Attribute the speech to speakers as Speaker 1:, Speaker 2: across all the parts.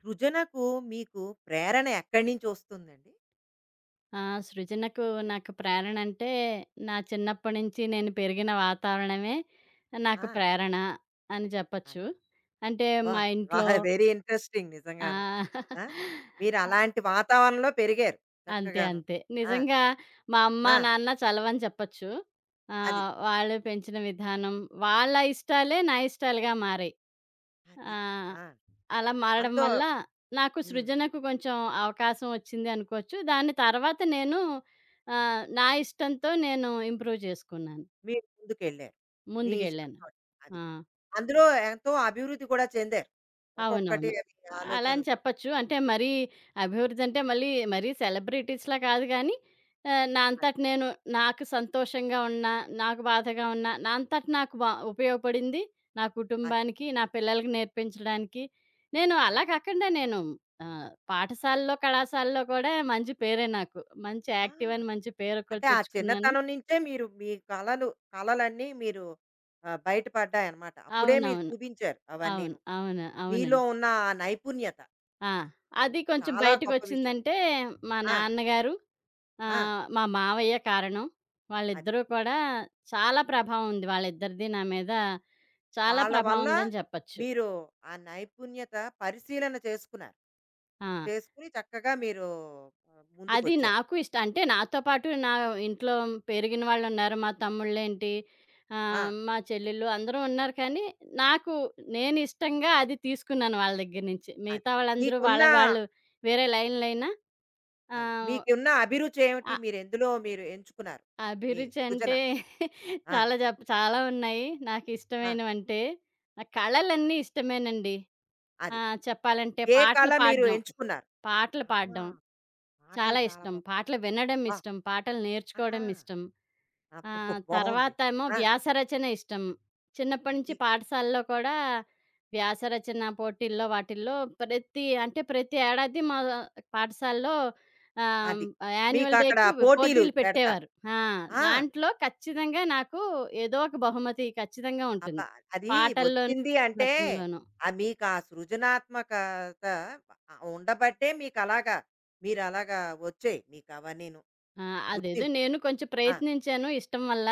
Speaker 1: సృజనకు మీకు ప్రేరణ ఎక్కడి నుంచి వస్తుందండి?
Speaker 2: ఆ! సృజనకు నాకు ప్రేరణ అంటే, నా చిన్నప్పటి నుంచి నేను పెరిగిన వాతావరణమే
Speaker 1: ఆ!
Speaker 2: నాకు ప్రేరణ అని
Speaker 1: అది.
Speaker 2: చెప్పచ్చు. అంటే
Speaker 1: అబ్బా!
Speaker 2: మా ఇంట్లో
Speaker 1: వెరీ ఇంట్రెస్టింగ్
Speaker 2: ఆ!
Speaker 1: నిజంగాను. ఆ! మీరు అలాంటి వాతావరణంలో పెరిగారు
Speaker 2: అంతే.
Speaker 1: చక్కగాను.
Speaker 2: అంతే.
Speaker 1: ఆ!
Speaker 2: నిజంగా మా అమ్మ,
Speaker 1: ఆ!
Speaker 2: నాన్న చలవని చెప్పచ్చు.
Speaker 1: అది.
Speaker 2: వాళ్ళు పెంచిన విధానం, వాళ్ళ ఇష్టాలే నా ఇష్టాలుగా మారాయి.
Speaker 1: అది.
Speaker 2: ఆ!
Speaker 1: ఆ!
Speaker 2: అలా మారడం
Speaker 1: అంతో
Speaker 2: వల్ల నాకు
Speaker 1: హ్మ్.
Speaker 2: సృజనకు కొంచెం అవకాశం వచ్చింది అనుకోవచ్చు. దాని తర్వాత నేను నా ఇష్టంతో నేను ఇంప్రూవ్ చేసుకున్నాను.
Speaker 1: మీరు ముందుకెళ్ళారు మీ
Speaker 2: ముందుకెళ్ళాను.
Speaker 1: ఇష్టంతోటి. అది.
Speaker 2: ఆ!
Speaker 1: అందులో ఎంతో అభివృద్ధి కూడా చెందారు. ఒక్కొక్కటి
Speaker 2: అవునవును.
Speaker 1: అవి
Speaker 2: అలా అని
Speaker 1: ఆలోచనలతో.
Speaker 2: చెప్పొచ్చు. అంటే మరీ అభివృద్ధి అంటే మళ్ళీ మరీ సెలబ్రిటీస్‌లా కాదు గానీ నా
Speaker 1: అది.
Speaker 2: అంతట నేను నాకు సంతోషంగా ఉన్నా, నాకు బాధగా ఉన్నా, నా అంతట నాకు బా ఉపయోగపడింది. నా
Speaker 1: అది.
Speaker 2: కుటుంబానికి, నా పిల్లలకి నేర్పించడానికి. నేను
Speaker 1: ఆ!
Speaker 2: అలా కాకుండా నేను పాఠశాలలో, కళాశాలలో కూడా మంచి పేరే నాకు. మంచి
Speaker 1: ఆ!
Speaker 2: యాక్టివ్ అని మంచి పేరు కూడా
Speaker 1: అంటే ఆ
Speaker 2: తెచ్చుకున్నాను.
Speaker 1: చిన్నతనం నుంచే మీరు మీ కళలు కళలన్నీ మీరు ఆ, బయటపడ్డాయన్నమాట. అప్పుడే మీరు
Speaker 2: అవునవును.
Speaker 1: చూపించారు
Speaker 2: అవును.
Speaker 1: అవన్నీను.
Speaker 2: అవును.
Speaker 1: మీలో
Speaker 2: అవునండి.
Speaker 1: ఉన్న ఆ నైపుణ్యత
Speaker 2: ఆ!
Speaker 1: అది
Speaker 2: అది కొంచెం
Speaker 1: చాలా గొప్ప విషయం.
Speaker 2: బయటకొచ్చిందంటే మా
Speaker 1: ఆ!
Speaker 2: నాన్నగారు
Speaker 1: ఆ!
Speaker 2: మా మావయ్య కారణం.
Speaker 1: అది.
Speaker 2: వాళ్ళిద్దరూ కూడా చాలా ప్రభావం ఉంది. వాళ్ళిద్దరిది నా మీద చాలా
Speaker 1: వాళ్ళ
Speaker 2: ప్రభావం
Speaker 1: వల్ల
Speaker 2: ఉందని చెప్పచ్చు.
Speaker 1: మీరు ఆ నైపుణ్యత పరిశీలన చేసుకున్నారు.
Speaker 2: ఆ!
Speaker 1: చేసుకుని చక్కగా మీరు
Speaker 2: అది
Speaker 1: ముందుకొచ్చారు.
Speaker 2: నాకు ఇష్ట అంటే నాతో పాటు నా ఇంట్లో పెరిగిన వాళ్ళున్నారు. మా తమ్ముళ్ళేంటి,
Speaker 1: ఆ!
Speaker 2: మా చెల్లెళ్ళు అందరూ ఉన్నారు కానీ, నాకు నేను ఇష్టంగా అది తీసుకున్నాను వాళ్ళ దగ్గర నుంచి.
Speaker 1: అది.
Speaker 2: మిగతా వాళ్ళందరూ
Speaker 1: మీకున్న
Speaker 2: వాళ్ళ వేరే లైన్‌లైనా
Speaker 1: అది.
Speaker 2: ఆహ్
Speaker 1: మీకున్న అభిరుచి ఏమిటి?
Speaker 2: ఆ!
Speaker 1: మీరెందులో మీరు ఎంచుకున్నారు? మీ
Speaker 2: అభిరుచి
Speaker 1: సృజన.
Speaker 2: అంటే
Speaker 1: ఆ!
Speaker 2: చాలా జప్ చాలా ఉన్నాయి. నాకు
Speaker 1: ఆ!
Speaker 2: ఇష్టమైనవి అంటే నా కళలన్నీ ఇష్టమేనండి. ఆ!
Speaker 1: అది.
Speaker 2: చెప్పాలంటే
Speaker 1: ఏ కళ మీరు ఎంచుకున్నారు?
Speaker 2: పాటలు
Speaker 1: ఆహా!
Speaker 2: పాడడం
Speaker 1: పాటలు
Speaker 2: చాలా
Speaker 1: చాలా
Speaker 2: ఇష్టం.
Speaker 1: బాగు
Speaker 2: పాటలు వినడం
Speaker 1: అబ్బా!
Speaker 2: ఇష్టం. పాటలు
Speaker 1: ఆహా!
Speaker 2: నేర్చుకోవడం ఇష్టం. ఆ!
Speaker 1: అబ్బో! బావుంది.
Speaker 2: తర్వాతేమో
Speaker 1: ఆ!
Speaker 2: వ్యాసరచన ఇష్టం. చిన్నప్పటి
Speaker 1: అది.
Speaker 2: నుంచి పాఠశాలలో కూడా వ్యాసరచన పోటీల్లో వాటిల్లో ప్రతి ఏడాది మా పాఠశాలలో ఆహ్,
Speaker 1: అది.
Speaker 2: యాన్యువల్
Speaker 1: మీకక్కడ
Speaker 2: డేకి
Speaker 1: పోటీలు
Speaker 2: పోటీలు
Speaker 1: పెడతారు.
Speaker 2: పెట్టేవారు. ఆ!
Speaker 1: ఆ!
Speaker 2: దాంట్లో ఖచ్చితంగా నాకు ఏదో ఒక బహుమతి ఖచ్చితంగా ఉంటుంది.
Speaker 1: అబ్బా! అది
Speaker 2: పాటల్లోనూ,
Speaker 1: వచ్చింది అంటే
Speaker 2: రచనలోనూ.
Speaker 1: మీకా సృజనాత్మకత ఉండబట్టే మీకలాగా మీరలాగా వచ్చాయి మీకవన్నీను.
Speaker 2: ఆ! అదేదో
Speaker 1: గుర్తింపు.
Speaker 2: నేను కొంచెం
Speaker 1: ఆ!
Speaker 2: ప్రయత్నించాను ఇష్టం వల్ల.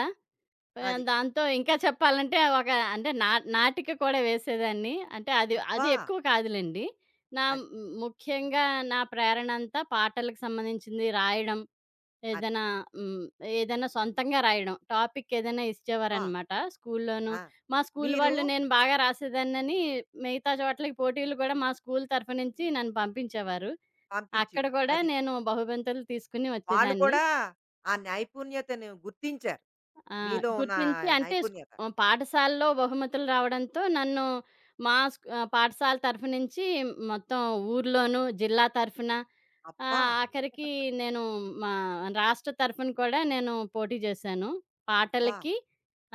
Speaker 2: ఆ,
Speaker 1: అది.
Speaker 2: దాంతో ఇంకా చెప్పాలంటే ఒక అంటే నా నాటిక కూడా వేసేదాన్ని. అంటే అది,
Speaker 1: అబ్బా!
Speaker 2: ఎక్కువ కాదులెండి. నా మ్,
Speaker 1: అది.
Speaker 2: ముఖ్యంగా నా ప్రేరణంతా పాటలకు సంబంధించింది రాయడం.
Speaker 1: అది.
Speaker 2: ఏదైనా హ్మ్. ఏదైనా సొంతంగా రాయడం. టాపిక్ ఏదైనా
Speaker 1: అబ్బా!
Speaker 2: ఇచ్చేవారనమాట స్కూల్లోను.
Speaker 1: ఆ!
Speaker 2: మా స్కూల్
Speaker 1: మీరు
Speaker 2: వాళ్ళు నేను బాగా రాసేదాన్నని మిగతా చోట్లకి పోటీలు కూడా మా స్కూల్ తరఫు నుంచి నన్ను పంపించేవారు. అక్కడ
Speaker 1: పంపించేవారు.
Speaker 2: కూడా
Speaker 1: అది.
Speaker 2: నేను బహుబంతులు తీసుకుని
Speaker 1: వాళ్ళు
Speaker 2: వచ్చేదాన్ని.
Speaker 1: కూడా ఆ నైపుణ్యతను గుర్తించారు.
Speaker 2: ఆ!
Speaker 1: మీలో ఉన్న
Speaker 2: గుర్తించి అంటే స్క్
Speaker 1: నైపుణ్యత.
Speaker 2: ఆహ్, పాఠశాలలో బహుమతులు రావడంతో నన్ను పాఠశాల తరఫు నుంచి మొత్తం ఊర్లోనూ, జిల్లా తరఫున
Speaker 1: అబ్బా!
Speaker 2: ఆఖరికి నేను మా రాష్ట్ర తరఫున కూడా నేను పోటీ చేశాను.
Speaker 1: అబ్బా!
Speaker 2: పాటలకి,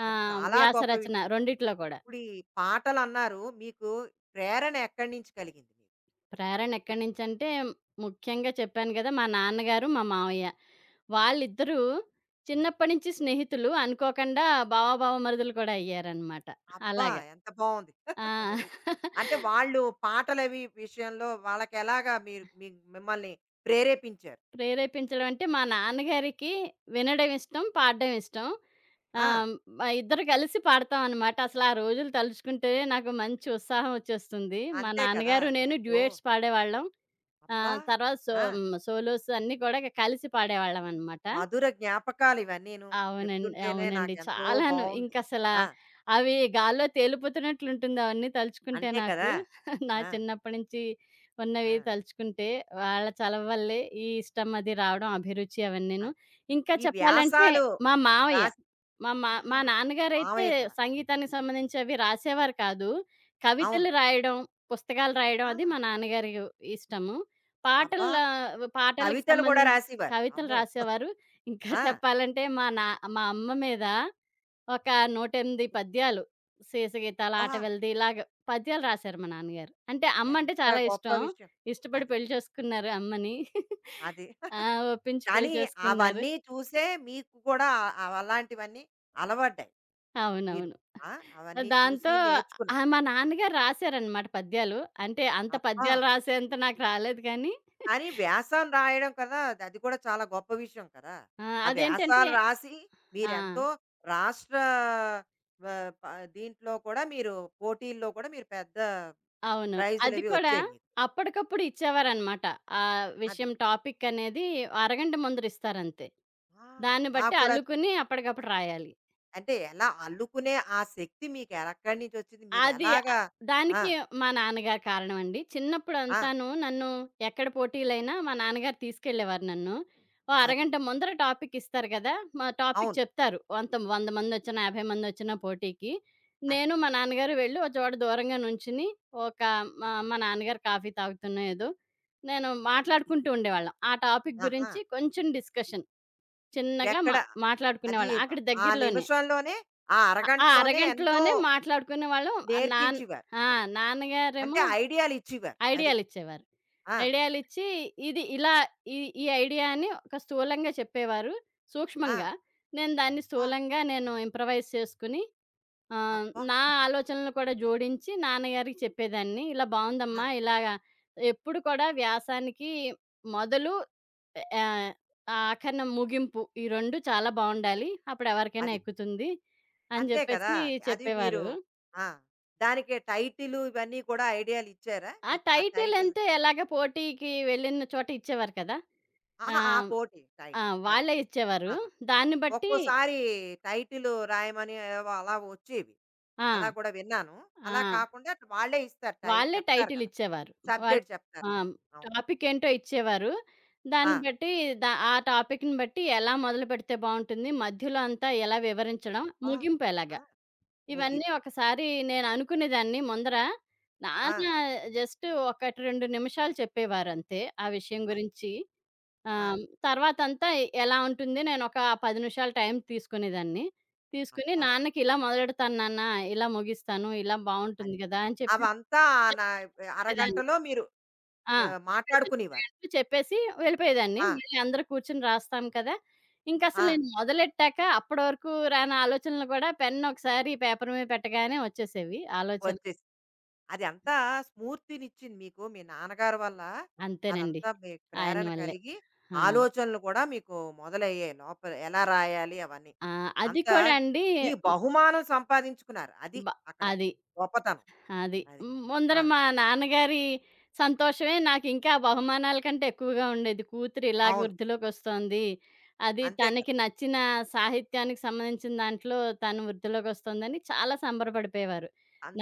Speaker 1: అది చాలా గొప్ప
Speaker 2: వ్యాసరచన
Speaker 1: విషయం.
Speaker 2: రెండిట్లో కూడా.
Speaker 1: ఇప్పుడు ఈ పాటలన్నారు. మీకు ప్రేరణ ఎక్కడి నుంచి కలిగింది మీకు?
Speaker 2: ప్రేరణ ఎక్కడి నుంచంటే ముఖ్యంగా చెప్పాను కదా! మా నాన్నగారు, మా మావయ్య.
Speaker 1: అది.
Speaker 2: వాళ్ళిద్దరూ చిన్నప్పటి నుంచి స్నేహితులు. అనుకోకుండా బావ, బావమరుదులు కూడా అయ్యారనమాట.
Speaker 1: అబ్బా!
Speaker 2: అలాగ.
Speaker 1: ఎంత బావుంది.
Speaker 2: ఆ!
Speaker 1: అది. అంటే వాళ్ళు పాటలవి విషయంలో వాళ్ళకెలాగా మీరు మీ మిమ్మల్ని ప్రేరేపించారు.
Speaker 2: ప్రేరేపించడం అంటే, మా నాన్నగారికి వినడం ఇష్టం, పాడడం ఇష్టం.
Speaker 1: ఆ!
Speaker 2: ఆహ్, మా ఇద్దరు కలిసి పాడతామనమాట. అసలా రోజులు తలుచుకుంటేనే నాకు మంచి ఉత్సాహం వచ్చేస్తుంది. మా
Speaker 1: అంతే కదా!
Speaker 2: నాన్నగారు
Speaker 1: అది
Speaker 2: నేను
Speaker 1: ఎంతో
Speaker 2: డ్యూయెట్స్ పాడేవాళ్ళం.
Speaker 1: అబ్బా!
Speaker 2: తర్వాత
Speaker 1: ఆ!
Speaker 2: సోలోస్ అన్నీ కూడా కలిసి పాడేవాళ్ళమనమాట.
Speaker 1: మధుర జ్ఞాపకాలు ఇవన్నీను.
Speaker 2: అవునండి.
Speaker 1: చెప్తుంటేనే
Speaker 2: అవునండి.
Speaker 1: నాకెంతో
Speaker 2: చాలాను.
Speaker 1: బావుంది.
Speaker 2: ఇంకసలా
Speaker 1: ఆ!
Speaker 2: అవి గాల్లో తేలిపోతున్నట్లుంటుంది అవన్నీ తలుచుకుంటే
Speaker 1: అంతే
Speaker 2: నాకు.
Speaker 1: కదా!
Speaker 2: నా
Speaker 1: ఆ!
Speaker 2: చిన్నప్పటి నుంచి ఉన్నవి
Speaker 1: ఆ!
Speaker 2: తలుచుకుంటే, వాళ్ళ చలవ వల్లే ఈ ఇష్టం అది రావడం, అభిరుచి అవన్నీను.
Speaker 1: అది.
Speaker 2: ఇంకా
Speaker 1: ఈ
Speaker 2: చెప్పాలంటే
Speaker 1: వ్యాసాలు
Speaker 2: మా మావయ్య,
Speaker 1: రాసి
Speaker 2: మా మా
Speaker 1: ఆ!
Speaker 2: మా నాన్నగారైతే
Speaker 1: మావయ్య కూడా.
Speaker 2: సంగీతానికి సంబంధించి అవి రాసేవారు కాదు.
Speaker 1: అవును.
Speaker 2: కవితలు రాయడం, పుస్తకాలు రాయడం అది
Speaker 1: ఆహా!
Speaker 2: మా నాన్నగారి ఇష్టము.
Speaker 1: అబ్బా!
Speaker 2: పాటల పాటలకి
Speaker 1: కవితలు కూడా
Speaker 2: సంబంధించి
Speaker 1: రాసేవారు.
Speaker 2: కవితలు
Speaker 1: అమ్మో!
Speaker 2: రాసేవారు. ఇంకా
Speaker 1: ఆ!
Speaker 2: చెప్పాలంటే మా నా మా అమ్మ మీద ఒక 108 పద్యాలు 'సీసగీతాలు,
Speaker 1: అబ్బా!
Speaker 2: ఆటవెల్ది' ఇలాగ పద్యాలు రాశారు మా నాన్నగారు. అంటే అమ్మంటే
Speaker 1: ఎంత
Speaker 2: చాలా
Speaker 1: గొప్ప
Speaker 2: ఇష్టం.
Speaker 1: విషయం.
Speaker 2: ఇష్టపడి
Speaker 1: అది.
Speaker 2: పెళ్లి చేసుకున్నారు అమ్మని.
Speaker 1: అది.
Speaker 2: ఆ! ఒప్పించి పెళ్లి
Speaker 1: కానీ
Speaker 2: చేసుకున్నారు.
Speaker 1: అవన్నీ చూసే మీకు కూడా ఆ- అలాంటివన్నీ అలవడ్డాయి మీరు.
Speaker 2: అవునవును.
Speaker 1: ఆ! అవన్నీ చూసి
Speaker 2: దాంతో
Speaker 1: నేర్చుకున్నారు.
Speaker 2: మా నాన్నగారు రాశారనమాట పద్యాలు. అంటే అంత
Speaker 1: అబ్బా!
Speaker 2: పద్యాలు రాసేంత నాకు రాలేదు కానీ
Speaker 1: కానీ వ్యాసాలు రాయడం కదా! అది అది కూడా చాలా గొప్ప విషయం కదా!
Speaker 2: ఆ!
Speaker 1: ఆ
Speaker 2: అదేంటంటే
Speaker 1: వ్యాసాలు రాసి
Speaker 2: ఆ!
Speaker 1: మీరెంతో రాష్ట్ర ప దీంట్లో కూడా మీరు పోటీల్లో కూడా మీరు పెద్ద
Speaker 2: అవును. అది
Speaker 1: ప్రైజులవి
Speaker 2: కూడా
Speaker 1: వచ్చాయి మీకు.
Speaker 2: అప్పటికప్పుడు ఇచ్చేవారనమాట. ఆ
Speaker 1: అది.
Speaker 2: విషయం టాపిక్ అనేది అరగంట ముందర ఇస్తారంతే.
Speaker 1: ఆ!
Speaker 2: దాన్ని
Speaker 1: అలా
Speaker 2: బట్టి
Speaker 1: కూడా
Speaker 2: అల్లుకుని అప్పటికప్పుడు రాయాలి.
Speaker 1: అంటే ఎలా అల్లుకునే ఆ శక్తి మీకు ఎక్కడి నుంచి వచ్చింది? మీరు
Speaker 2: అది ఆహ్,
Speaker 1: ఎలాగా ఆ!
Speaker 2: దానికి మా నాన్నగారు కారణమండి.
Speaker 1: ఆ!
Speaker 2: చిన్నప్పుడంతాను నన్ను ఎక్కడ పోటీలైనా మా నాన్నగారు తీసుకెళ్ళేవారు నన్ను. ఓ
Speaker 1: అది.
Speaker 2: అరగంట ముందర టాపిక్ ఇస్తారు కదా! మా టాపిక్
Speaker 1: అవును.
Speaker 2: చెప్తారు. అంత 100 మందొచ్చినా, 50 మందొచ్చినా పోటీకి.
Speaker 1: అది.
Speaker 2: నేను మా నాన్నగారు వెళ్లి ఒక చోట దూరంగా నుంచుని ఒక
Speaker 1: ఆ!
Speaker 2: మా మా నాన్నగారు కాఫీ తాగుతున్నో ఏదో, నేను మాట్లాడుకుంటూ ఉండేవాళ్ళం. ఆ టాపిక్
Speaker 1: ఆహా!
Speaker 2: గురించి కొంచెం డిస్కషన్ చిన్నగా మా
Speaker 1: ఎక్కడ అది
Speaker 2: మాట్లాడుకునేవాళ్ళం. అక్కడ
Speaker 1: ఆ
Speaker 2: దగ్గరలోనే.
Speaker 1: నిమిషంలోనే, ఆ
Speaker 2: ఆ ఆ
Speaker 1: అరగంటలోనే ఎంతో
Speaker 2: అరగంటలోనే మాట్లాడుకునేవాళ్ళం. ఆహ్, నాన్
Speaker 1: నేర్పించేవారు.
Speaker 2: ఆ!
Speaker 1: అది. అంటే
Speaker 2: నాన్నగారేమో
Speaker 1: ఐడియాలు ఇచ్చేవారు. అది.
Speaker 2: ఐడియాలిచ్చేవారు.
Speaker 1: ఆ!
Speaker 2: ఐడియాలిచ్చి ఇది ఇలా ఈ ఈ ఐడియా అని ఒక స్థూలంగా చెప్పేవారు
Speaker 1: ఆ!
Speaker 2: సూక్ష్మంగా. నేను దాన్ని
Speaker 1: అబ్బా!
Speaker 2: స్థూలంగా నేను ఇంప్రవైజ్ చేసుకుని
Speaker 1: అబ్బా!
Speaker 2: నా ఆలోచనలు కూడా జోడించి నాన్నగారికి చెప్పేదాన్ని. ఇలా
Speaker 1: ఆ!
Speaker 2: బావుందమ్మా! ఇలాగా ఎప్పుడు కూడా వ్యాసానికి మొదలు, ఆహ్, ఆఖరిన ముగింపు ఈ 2 చాలా బావుండాలి. అప్పుడెవరికైనా
Speaker 1: అది.
Speaker 2: ఎక్కుతుంది అని
Speaker 1: అంతే కదా!
Speaker 2: జెప్పేసి
Speaker 1: అది మీరు
Speaker 2: చెప్పేవారు.
Speaker 1: ఆ! దానికి టైటిలు ఇవన్నీ కూడా ఐడియాలు ఇచ్చారా?
Speaker 2: ఆ
Speaker 1: మీకు ఆ
Speaker 2: టైటిల్
Speaker 1: టైటిల్
Speaker 2: అంతే ఎలాగ పోటీకి వెళ్ళిన చోట ఇచ్చేవారు కదా!
Speaker 1: అహా! ఆ
Speaker 2: ఆహ్,
Speaker 1: పోటీ
Speaker 2: ఆ!
Speaker 1: టైటిల్ అది.
Speaker 2: వాళ్ళే ఇచ్చేవారు.
Speaker 1: ఆహా!
Speaker 2: దాన్ని బట్టి
Speaker 1: ఒక్కోసారి టైటిలు రాయమని ఏవో అలా వచ్చేవి.
Speaker 2: ఆ!
Speaker 1: అలా కూడా విన్నాను.
Speaker 2: ఆ!
Speaker 1: అలా కాకుండా వాళ్ళే ఇస్తారు టై
Speaker 2: వాళ్ళే
Speaker 1: చెప్తారు
Speaker 2: టైటిల్
Speaker 1: కదా!
Speaker 2: ఇచ్చేవారు. వాళ్ళు
Speaker 1: సబ్జెక్ట్ చెప్తారు
Speaker 2: ఆ!
Speaker 1: కదా! అవును.
Speaker 2: టాపిక్ ఏంటో ఇచ్చేవారు.
Speaker 1: ఆ!
Speaker 2: దాన్ని బట్టి ఆ టాపిక్‌ని బట్టి ఎలా మొదలుపెడితే బావుంటుంది, మధ్యలో అంతా ఎలా వివరించడం,
Speaker 1: అబ్బా!
Speaker 2: ముగింపు ఎలాగ.
Speaker 1: ఆ!
Speaker 2: ఇవన్నీ
Speaker 1: ముగింపు.
Speaker 2: ఒకసారి నేననుకునేదాన్ని ముందర.
Speaker 1: ఆ!
Speaker 2: నాన్న జస్ట్ 1, 2 నిమిషాలు చెప్పేవారంతే ఆ విషయం
Speaker 1: అది.
Speaker 2: గురించి.
Speaker 1: ఆ!
Speaker 2: తర్వాతంతా ఎలా ఉంటుంది నేనొక 10 నిమిషాలు టైం తీసుకునేదాన్ని. తీసుకొని
Speaker 1: అబ్బా!
Speaker 2: నాన్నకి ఇలా మొదలెడతాను నాన్న, ఇలా ముగిస్తాను, ఇలా
Speaker 1: అది.
Speaker 2: బావుంటుంది గదా! అని చెప్పి
Speaker 1: అవంతా నా
Speaker 2: చెప్పేదాన్ని.
Speaker 1: అరగంటలో మీరు
Speaker 2: ఆ! చెప్పేదాన్ని. 6
Speaker 1: మాట్లాడుకునేవారు.
Speaker 2: గంటలు చెప్పేసి వెళ్ళిపోయేదాన్ని.
Speaker 1: ఆ!
Speaker 2: మళ్ళీ అందరూ కూర్చొని రాస్తాం కదా!
Speaker 1: ఆ!
Speaker 2: ఇంకసలు నేను మొదలెట్టాక అప్పడి వరకు రాని ఆలోచనలు గూడా పెన్ ఒకసారి పేపర్ మీద పెట్టగానే వచ్చేసేవి ఆలోచన.
Speaker 1: వచ్చేసి అది అంతా స్ఫూర్తినిచ్చింది మీకు మీ నాన్నగారి వల్ల.
Speaker 2: అంతేనండి.
Speaker 1: అదంతా మీకు
Speaker 2: ఆయన
Speaker 1: ప్రేరణ
Speaker 2: వల్లే.
Speaker 1: కలిగి,
Speaker 2: ఆ!
Speaker 1: ఆలోచనలు కూడా మీకు మొదలయ్యాయి లోపల ఎలా రాయాలి అవన్నీ.
Speaker 2: ఆ! అది
Speaker 1: అంతా
Speaker 2: కూడా అండి.
Speaker 1: మీ
Speaker 2: హ్మ్.
Speaker 1: బహుమానం సంపాదించుకున్నారు. అది
Speaker 2: బ
Speaker 1: అక్కడ
Speaker 2: అది.
Speaker 1: గొప్పతనం.
Speaker 2: అది.
Speaker 1: అది.
Speaker 2: హ్మ్. ముందర
Speaker 1: ఆ!
Speaker 2: మా నాన్నగారి సంతోషమే నాకింకా బహుమానాల కంటే ఎక్కువగా ఉండేది. కూతురు ఇలాగ
Speaker 1: అవును.
Speaker 2: వృద్ధిలోకొస్తోంది. అది
Speaker 1: అంతే కదా!
Speaker 2: తనకి నచ్చిన సాహిత్యానికి సంబంధించిన దాంట్లో తను వృద్ధిలోకొస్తోందని చాలా సంబరపడిపోయేవారు.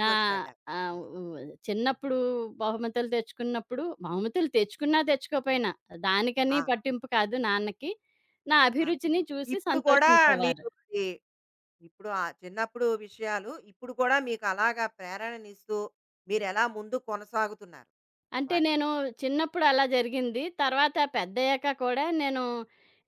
Speaker 2: నా ఆహ్,
Speaker 1: అది.
Speaker 2: ఉ చిన్నప్పుడు బహుమతులు తెచ్చుకున్నా, తెచ్చుకోపోయినా దానికని
Speaker 1: ఆ!
Speaker 2: పట్టింపు కాదు నాన్నకి. నా
Speaker 1: ఆ!
Speaker 2: అభిరుచిని చూసి
Speaker 1: ఇప్పుడు కూడా
Speaker 2: సంతోషించేవారు.
Speaker 1: మీరు అది ఇప్పుడు ఆ చిన్నప్పుడు విషయాలు ఇప్పుడు కూడా మీకు అలాగా ప్రేరణనిస్తూ మీరెలా ముందు కొనసాగుతున్నారు
Speaker 2: అంటే
Speaker 1: వాటి
Speaker 2: నేను చిన్నప్పుడు అలా జరిగింది. తర్వాత పెద్దయ్యాక కూడా నేను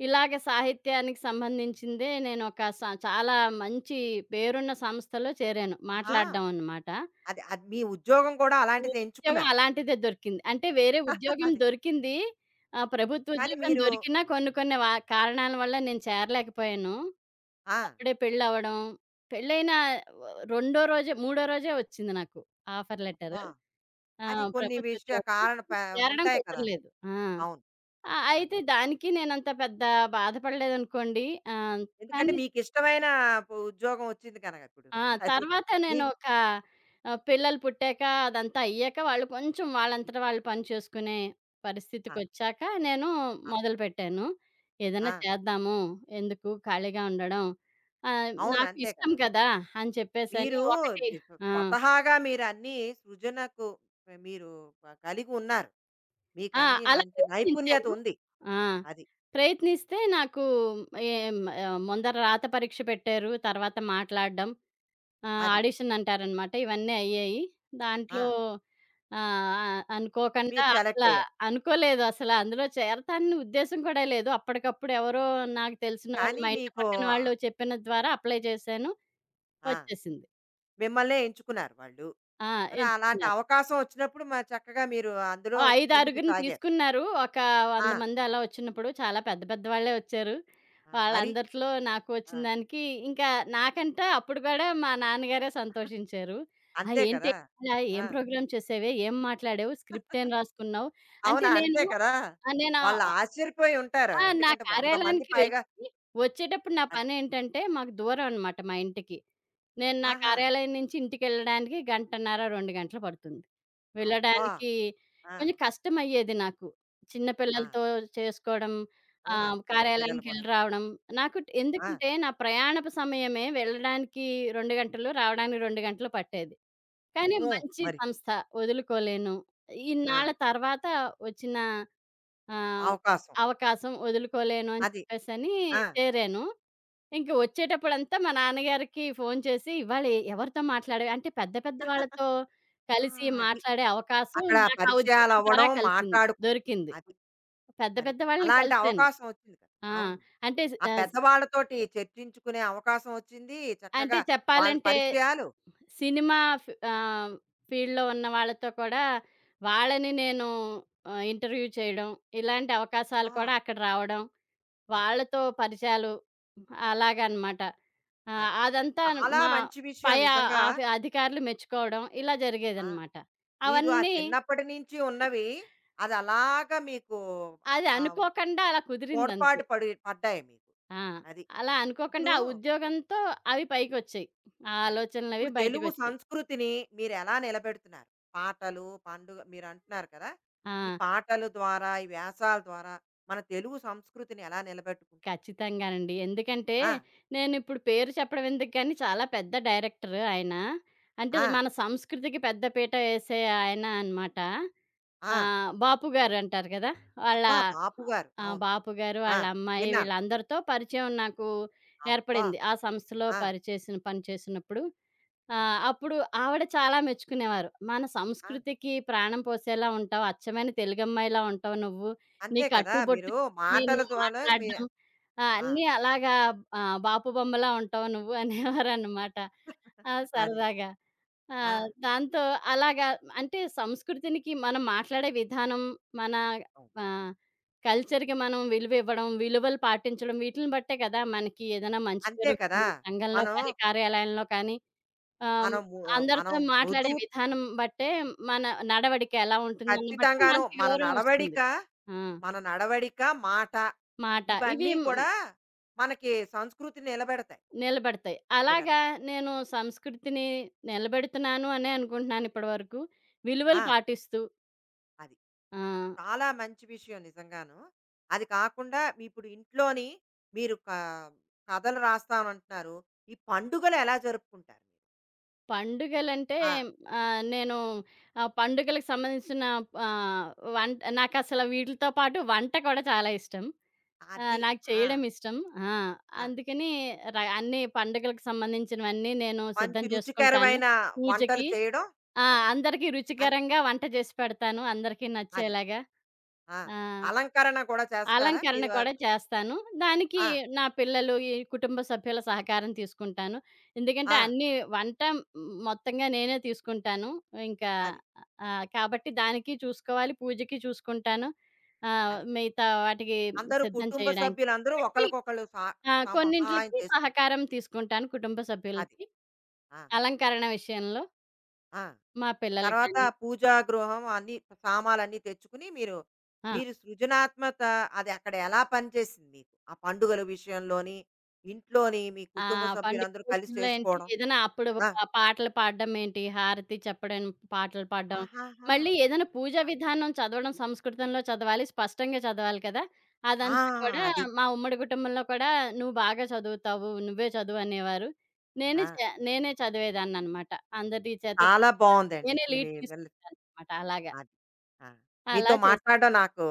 Speaker 2: ఇలాగ సాహిత్యానికి సంబంధించిందే నేనొక చాలా మంచి పేరున్న సంస్థలో చేరాను.
Speaker 1: ఆహా!
Speaker 2: మాట్లాడడం అనమాట.
Speaker 1: అది అది మీ ఉద్యోగం కూడా అలాంటిది
Speaker 2: ఉద్యోగం
Speaker 1: ఎంచుకున్నారు.
Speaker 2: అలాంటిదే దొరికింది. అంటే వేరే ఉద్యోగం
Speaker 1: అదే.
Speaker 2: దొరికింది. ప్రభుత్వ
Speaker 1: కానీ
Speaker 2: ఉద్యోగం
Speaker 1: మీరు
Speaker 2: దొరికినా కొన్ని కొన్ని వా కారణాల వల్ల నేను చేరలేకపోయాను.
Speaker 1: ఆ!
Speaker 2: అప్పుడే పెళ్ళవ్వడం. పెళ్ళైన వ రెండో రోజే, మూడో రోజే వచ్చింది నాకు ఆఫర్
Speaker 1: అబ్బా!
Speaker 2: లెటరు. ఆ!
Speaker 1: అది కొన్ని
Speaker 2: ప్రభుత్వ
Speaker 1: విషయ
Speaker 2: ఉద్యోగంలో
Speaker 1: కారణ ప
Speaker 2: చేరడం
Speaker 1: ఉంటాయి కదా!
Speaker 2: కుదరలేదు. ఆ!
Speaker 1: అవును. అది.
Speaker 2: అయితే దానికి నేనంత పెద్ద బాధపడలేదనుకోండి. ఆహ్,
Speaker 1: ఎందుకంటే
Speaker 2: కానీ
Speaker 1: మీకిష్టమైన పు ఉద్యోగం వచ్చింది కనక ఇప్పుడు.
Speaker 2: ఆ!
Speaker 1: అది.
Speaker 2: తర్వాత
Speaker 1: మీ
Speaker 2: పిల్లలు పుట్టాక అదంతా అయ్యాక వాళ్ళు కొంచెం వాళ్ళంతట వాళ్ళు పని చేసుకునే
Speaker 1: ఆ!
Speaker 2: పరిస్థితికొచ్చాక నేను
Speaker 1: ఆ!
Speaker 2: మొదలుపెట్టాను.
Speaker 1: ఆ!
Speaker 2: ఏదైనా చేద్దాము, ఎందుకు ఖాళీగా ఉండడం. ఆహ్,
Speaker 1: అవును.
Speaker 2: నాకు
Speaker 1: అంతే
Speaker 2: ఇష్టం
Speaker 1: కదా!
Speaker 2: కదా! అని చెప్పేసని
Speaker 1: మీరు
Speaker 2: ఒకటి ఆ!
Speaker 1: స్వతహాగా మీరన్నీ సృజనకు మీరు కలిగి ఉన్నారు. మీకు
Speaker 2: ఆ!
Speaker 1: అన్నీ
Speaker 2: అలా
Speaker 1: మంచి నైపుణ్యత
Speaker 2: ప్రయత్నించాను.
Speaker 1: ఉంది.
Speaker 2: ఆ!
Speaker 1: అది.
Speaker 2: ప్రయత్నిస్తే నాకు ఏం ముందర రాత పరీక్ష పెట్టారు. తర్వాత మాట్లాడడం.
Speaker 1: అది.
Speaker 2: ఆడిషన్ అంటారనమాట. ఇవన్నీ అయ్యాయి.
Speaker 1: ఆ!
Speaker 2: దాంట్లో అనుకోకుండా
Speaker 1: మీరు సెలెక్ట్ అయ్యారు.
Speaker 2: అనుకోలేదు అసల అందులో చేరతానని ఉద్దేశ్యం కూడా లేదు. అప్పటికప్పుడు ఎవరో నాకు తెలిసిన వాళ్ళు,
Speaker 1: కానీ
Speaker 2: మా ఇంటి
Speaker 1: మీకు
Speaker 2: పక్కన వాళ్ళు చెప్పిన ద్వారా అప్లై చేశాను.
Speaker 1: ఆ!
Speaker 2: వచ్చేసింది.
Speaker 1: మిమ్మల్నే ఎంచుకున్నారు వాళ్ళు.
Speaker 2: ఆ!
Speaker 1: మరి అలాంటి
Speaker 2: ఎంచుకున్నారు.
Speaker 1: అవకాశం వచ్చినప్పుడు మరి చక్కగా మీరు అందులో
Speaker 2: ఓ 5, 6
Speaker 1: ముందుకు సాగారు.
Speaker 2: తీసుకున్నారు. ఒక
Speaker 1: ఆ!
Speaker 2: 100 మంది అలా వచ్చినప్పుడు చాలా పెద్ద పెద్ద వాళ్ళే వచ్చారు.
Speaker 1: ఆ! మరి?
Speaker 2: వాళ్ళందరిలో నాకు
Speaker 1: ఆ!
Speaker 2: వచ్చిన దానికి ఇంకా నాకంటే అప్పుడు కూడా మా నాన్నగారే సంతోషించారు. "ఆ!
Speaker 1: అంతే
Speaker 2: "ఏంటే
Speaker 1: కదా!
Speaker 2: ఇలా ఏం
Speaker 1: ఆ!
Speaker 2: ప్రోగ్రామ్ చేసావే? ఏం మాట్లాడావు? స్క్రిప్ట్ ఏం రాసుకున్నావు?" అంటే
Speaker 1: అవును.
Speaker 2: నేను
Speaker 1: అంతే కదా!
Speaker 2: ఆహ్, నేను
Speaker 1: వాళ్ళు ఆశ్చర్యపోయి ఉంటారు.
Speaker 2: ఆ! నా
Speaker 1: ఎందుకంటే 100 మంది
Speaker 2: కార్యాలయానికి వెళ్ళి,
Speaker 1: పైగా
Speaker 2: వచ్చేటప్పుడు నా
Speaker 1: అద్
Speaker 2: పనేంటంటే, మాకు దూరం అనమాట మా ఇంటికి. నేను నా
Speaker 1: ఆహా!
Speaker 2: కార్యాలయం నుంచి ఇంటికెళ్ళడానికి గంటన్నర, 2 గంటలు పడుతుంది.
Speaker 1: అబ్బా!
Speaker 2: వెళ్ళడానికి
Speaker 1: ఆ!
Speaker 2: కొంచెం కష్టమయ్యేది నాకు. చిన్న
Speaker 1: ఆ!
Speaker 2: పిల్లలతో చేసుకోవడం,
Speaker 1: అవును. చిన్న పిల్లలు కూడా.
Speaker 2: కార్యాలయానికెళ్ళి రావడం. నాకు ట్
Speaker 1: ఆ!
Speaker 2: ఎందుకంటే, నా ప్రయాణపు సమయమే వెళ్ళడానికి 2 గంటలు, రావడానికి 2 గంటలు పట్టేది. కానీ
Speaker 1: అమ్మో!
Speaker 2: మంచి
Speaker 1: మరి.
Speaker 2: సంస్థ, వదులుకోలేను.
Speaker 1: ఆ!
Speaker 2: ఇన్నాళ్ళ తర్వాత వచ్చిన ఆ!
Speaker 1: అవకాశం.
Speaker 2: అవకాశం వదులుకోలేను అని
Speaker 1: అది.
Speaker 2: చెప్పేసని
Speaker 1: ఆ!
Speaker 2: చేరాను. ఇంక వచ్చేటప్పుడంతా మా నాన్నగారికి ఫోను చేసి, "ఇవాళ ఎవరితో మాట్లాడావు?" అంటే పెద్ద పెద్ద వాళ్ళతో
Speaker 1: ఆ!
Speaker 2: కలిసి
Speaker 1: అది.
Speaker 2: మాట్లాడే అవకాశం
Speaker 1: అక్కడ
Speaker 2: నాకు ఆ ఉద్యోగం ద్వారా
Speaker 1: పరిచయాలవ్వడం,
Speaker 2: కలిసింది.
Speaker 1: మాట్లాడుకో
Speaker 2: దొరికింది.
Speaker 1: అది.
Speaker 2: పెద్ద
Speaker 1: అది.
Speaker 2: పెద్ద వాళ్ళని
Speaker 1: అలాంటి
Speaker 2: కలిసాను.
Speaker 1: అవకాశం వచ్చింది కదా!
Speaker 2: ఆ!
Speaker 1: అవును.
Speaker 2: అంటే స్
Speaker 1: ఆ
Speaker 2: ఆహ్, స్
Speaker 1: పెద్దవాళ్ళతోటి చర్చించుకునే అవకాశం వచ్చింది.
Speaker 2: అంటే
Speaker 1: చక్కగా వాళ్ళ
Speaker 2: చెప్పాలంటే
Speaker 1: పరిచయాలు
Speaker 2: సినిమా ఫ్ ఆహ్, ఫీల్డ్‌లో ఉన్న వాళ్ళతో కూడా వాళ్ళని నేను ఇంటర్వ్యూ చేయడం, ఇలాంటి అవకాశాలు కూడా
Speaker 1: ఆ!
Speaker 2: అక్కడ రావడం.
Speaker 1: అది.
Speaker 2: వాళ్ళతో పరిచయాలు. అలాగనమాట.
Speaker 1: అది.
Speaker 2: అదంతా
Speaker 1: చాలా
Speaker 2: మా
Speaker 1: మంచి విషయం
Speaker 2: పై ఆ-
Speaker 1: నిజంగా.
Speaker 2: ఆఫీ అధికారులు మెచ్చుకోవడం ఇలా
Speaker 1: ఆ!
Speaker 2: జరిగేదనమాట.
Speaker 1: మీరు ఆ
Speaker 2: అవన్నీ
Speaker 1: చిన్నప్పటి నుంచి ఉన్నవి, అది అలాగా మీకు ఆహ్,
Speaker 2: అది
Speaker 1: ఆహ్,
Speaker 2: అనుకోకుండా అలా కుదిరిందంతే.
Speaker 1: తోడ్పాటు పడి పడ్డాయి మీకు.
Speaker 2: ఆ!
Speaker 1: అది.
Speaker 2: అలా అనుకోకుండా
Speaker 1: ఇప్పుడు
Speaker 2: ఆ ఉద్యోగంతో అవి పైకొచ్చాయి. ఆ
Speaker 1: అది.
Speaker 2: ఆలోచనలవి
Speaker 1: ఇప్పుడు తెలుగు
Speaker 2: బయటకొచ్చాయి.
Speaker 1: సంస్కృతిని మీరెలా నిలబెడుతున్నారు? పాటలు, పండుగ మీరంటున్నారు కదా! ఈ
Speaker 2: ఆ!
Speaker 1: పాటల ద్వారా, ఈ వ్యాసాల ద్వారా మన తెలుగు సంస్కృతిని ఎలా నిలబెట్టుకుంటున్నారు?
Speaker 2: ఖచ్చితంగానండి. ఎందుకంటే
Speaker 1: ఆ!
Speaker 2: నేనిప్పుడు పేరు చెప్పడం ఎందుకు గానీ చాలా పెద్ద డైరెక్టర్ ఆయన. అంటే
Speaker 1: ఆ!
Speaker 2: మన సంస్కృతికి పెద్ద పీట వేసే ఆయన అనమాట.
Speaker 1: ఆ!
Speaker 2: ఆ! బాపుగారు అంటారు కదా! వాళ్ళ
Speaker 1: అబ్బా! బాపుగారు.
Speaker 2: ఆ!
Speaker 1: అవును.
Speaker 2: బాపుగారు,
Speaker 1: ఆ!
Speaker 2: వాళ్ళ అమ్మాయి
Speaker 1: విన్నాను.
Speaker 2: వీళ్ళందరితో పరిచయం నాకు
Speaker 1: అబ్బా!
Speaker 2: ఏర్పడింది. ఆ సంస్థలో
Speaker 1: ఆ!
Speaker 2: పరిచేసిన పని చేసినప్పుడు.
Speaker 1: ఆ!
Speaker 2: అప్పుడు ఆవిడ చాలా మెచ్చుకునేవారు. "మన
Speaker 1: ఆ!
Speaker 2: సంస్కృతికి ప్రాణం పోసేలా ఉంటావు. అచ్చమైన తెలుగమ్మాయిలా ఉంటావు నువ్వు. నీ
Speaker 1: అంతే కదా!
Speaker 2: కట్టుబొట్టు
Speaker 1: మీరు
Speaker 2: ఉంది,
Speaker 1: మాటల
Speaker 2: నువ్వు
Speaker 1: ద్వారా మీ
Speaker 2: మాట్లాడడం
Speaker 1: ఆ!
Speaker 2: అన్నీ అలాగా బాపు బొమ్మలా ఉంటావు నువ్వు" అనేవారనమాట. ఆ!
Speaker 1: అది.
Speaker 2: సరదాగా. ఆ!
Speaker 1: ఆ!
Speaker 2: దాంతో అలాగా అంటే సంస్కృతినికి మనం మాట్లాడే విధానం, మన
Speaker 1: అవును.
Speaker 2: ఆహ్, కల్చర్‌కి మనం విలువ ఇవ్వడం, విలువలు పాటించడం వీటిలిని బట్టే కదా! మనకి ఏదైనా మంచి
Speaker 1: అంతే కదా!
Speaker 2: పేరొస్తుంది. సంఘంలో
Speaker 1: మనం
Speaker 2: కానీ, కార్యాలయంలో కానీ ఆహ్,
Speaker 1: మనం ము మనం
Speaker 2: అందరితో మాట్లాడే
Speaker 1: మృదు
Speaker 2: విధానం బట్టే మన నడవడిక ఎలా ఉంటుందని బట్టి
Speaker 1: ఖచ్చితంగాను.
Speaker 2: మనకి
Speaker 1: మన
Speaker 2: గౌరవం
Speaker 1: నడవడిక,
Speaker 2: వస్తుంది. ఆ!
Speaker 1: మన నడవడిక, మాట
Speaker 2: మాట ఇవి
Speaker 1: ఇవన్నీ
Speaker 2: హ్మ్,
Speaker 1: కూడా మనకి సంస్కృతిని నిలబెడతాయి
Speaker 2: నిలబడతాయి. అలాగా
Speaker 1: మీరన్నది.
Speaker 2: నేను సంస్కృతిని నిలబెడుతున్నాను అనే అనుకుంటున్నాను ఇప్పటి వరకు.
Speaker 1: ఆ!
Speaker 2: విలువలు పాటిస్తూ.
Speaker 1: అది.
Speaker 2: ఆ!
Speaker 1: చాలా మంచి విషయం నిజంగాను. అది కాకుండా మీ ఇప్పుడు ఇంట్లోని మీరు క కథలు రాస్తానంటున్నారు. ఈ పండుగలు ఎలా జరుపుకుంటారు? మీరు?
Speaker 2: పండుగలంటే
Speaker 1: ఆ!
Speaker 2: ఆహ్, నేను పండుగలకు సంబంధించిన ఆహ్, వంట నాకసల వీటిలతో పాటు వంట కూడా చాలా ఇష్టం.
Speaker 1: అది.
Speaker 2: నాకు
Speaker 1: ఆ!
Speaker 2: చేయడం ఇష్టం. ఆ!
Speaker 1: ఆ!
Speaker 2: అందుకని అన్నీ పండుగలకు సంబంధించినవన్నీ నేను
Speaker 1: మంచి
Speaker 2: సిద్ధం చేసుకుంటాను.
Speaker 1: రుచికరమైన వంటలు
Speaker 2: పూజకి
Speaker 1: చేయడం
Speaker 2: ఆ!
Speaker 1: అది.
Speaker 2: అందరికీ
Speaker 1: అది.
Speaker 2: రుచికరంగా వంట చేసి పెడతాను అందరికీ
Speaker 1: అది.
Speaker 2: నచ్చేలాగా.
Speaker 1: ఆ!
Speaker 2: ఆ!
Speaker 1: అలంకరణ కూడా చేస్తారా?
Speaker 2: అలంకరణ
Speaker 1: మీరు?
Speaker 2: కూడా చేస్తాను. దానికి
Speaker 1: ఆ!
Speaker 2: నా పిల్లలు, ఈ కుటుంబ సభ్యుల సహకారం తీసుకుంటాను. ఎందుకంటే
Speaker 1: ఆ!
Speaker 2: వంట మొత్తంగా నేనే తీసుకుంటాను. ఇంకా
Speaker 1: అది.
Speaker 2: కాబట్టి దానికి చూసుకోవాలి, పూజకి చూసుకుంటాను.
Speaker 1: అది.
Speaker 2: మిగతా వాటికి
Speaker 1: అందరూ
Speaker 2: సిద్ధం
Speaker 1: కుటుంబ
Speaker 2: చేయడానికి.
Speaker 1: సభ్యులందరూ
Speaker 2: కాబట్టి
Speaker 1: ఒకళ్ళకొకళ్ళు సా
Speaker 2: ఆ!
Speaker 1: సహాయం
Speaker 2: కొన్నింట్లకి
Speaker 1: చేసుకుంటారు.
Speaker 2: సహకారం తీసుకుంటాను కుటుంబ
Speaker 1: అది.
Speaker 2: సభ్యులకి.
Speaker 1: ఆ!
Speaker 2: అలంకరణ విషయంలో
Speaker 1: ఆ!
Speaker 2: మా పిల్లలు
Speaker 1: తర్వాత
Speaker 2: కానీ
Speaker 1: పూజా గృహం అన్నీ సామాలన్నీ తెచ్చుకుని మీరు,
Speaker 2: ఆ!
Speaker 1: మీరు సృజనాత్మత అది అక్కడ ఎలా పనిచేసింది మీకు? ఆ పండుగల విషయంలోని, ఇంట్లోని మీ
Speaker 2: ఆ!
Speaker 1: కుటుంబ
Speaker 2: పండుగ
Speaker 1: సభ్యులందరూ కలిసి
Speaker 2: విషయంలో ఏంటి
Speaker 1: చేసుకోవడం.
Speaker 2: ఏదైనా అప్పుడు
Speaker 1: ఆ!
Speaker 2: పాటలు పాడడం ఏంటి, హారతి చెప్పడం, పాటలు పాడడం.
Speaker 1: ఆహాహా!
Speaker 2: మళ్ళీ ఏదైనా పూజా విధానం చదవడం సంస్కృతంలో చదవాలి, స్పష్టంగా చదవాలి కదా!
Speaker 1: ఆ!
Speaker 2: అదంతా కూడా
Speaker 1: అది.
Speaker 2: మా ఉమ్మడి కుటుంబంలో కూడా "నువ్వు బాగా చదువుతావు, నువ్వే చదువు" అనేవారు. నేనే
Speaker 1: ఆ!
Speaker 2: చే నేనే చదివేదాన్ననమాట. అందరి చేత
Speaker 1: చాలా బావుందండి.
Speaker 2: నేనే
Speaker 1: మీ
Speaker 2: లీడ్
Speaker 1: మిమ్మల్ని
Speaker 2: తీసుకునేదాన్ననమాట అలాగా.
Speaker 1: అది. ఆ!
Speaker 2: అలా
Speaker 1: మీతో
Speaker 2: చేశారు.
Speaker 1: మాట్లాడడం నాకు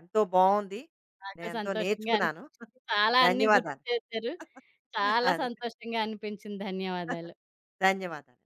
Speaker 1: ఎంతో బావుంది.
Speaker 2: నాకు
Speaker 1: నేనెంతో
Speaker 2: సంతోషంగా
Speaker 1: నేర్చుకున్నాను.
Speaker 2: అనిపించింది. చాలా అన్నీ గుర్తు
Speaker 1: ధన్యవాదాలు.
Speaker 2: చేశారు. చాలా
Speaker 1: అది.
Speaker 2: సంతోషంగా అనిపించింది. ధన్యవాదాలు.
Speaker 1: ధన్యవాదాలు.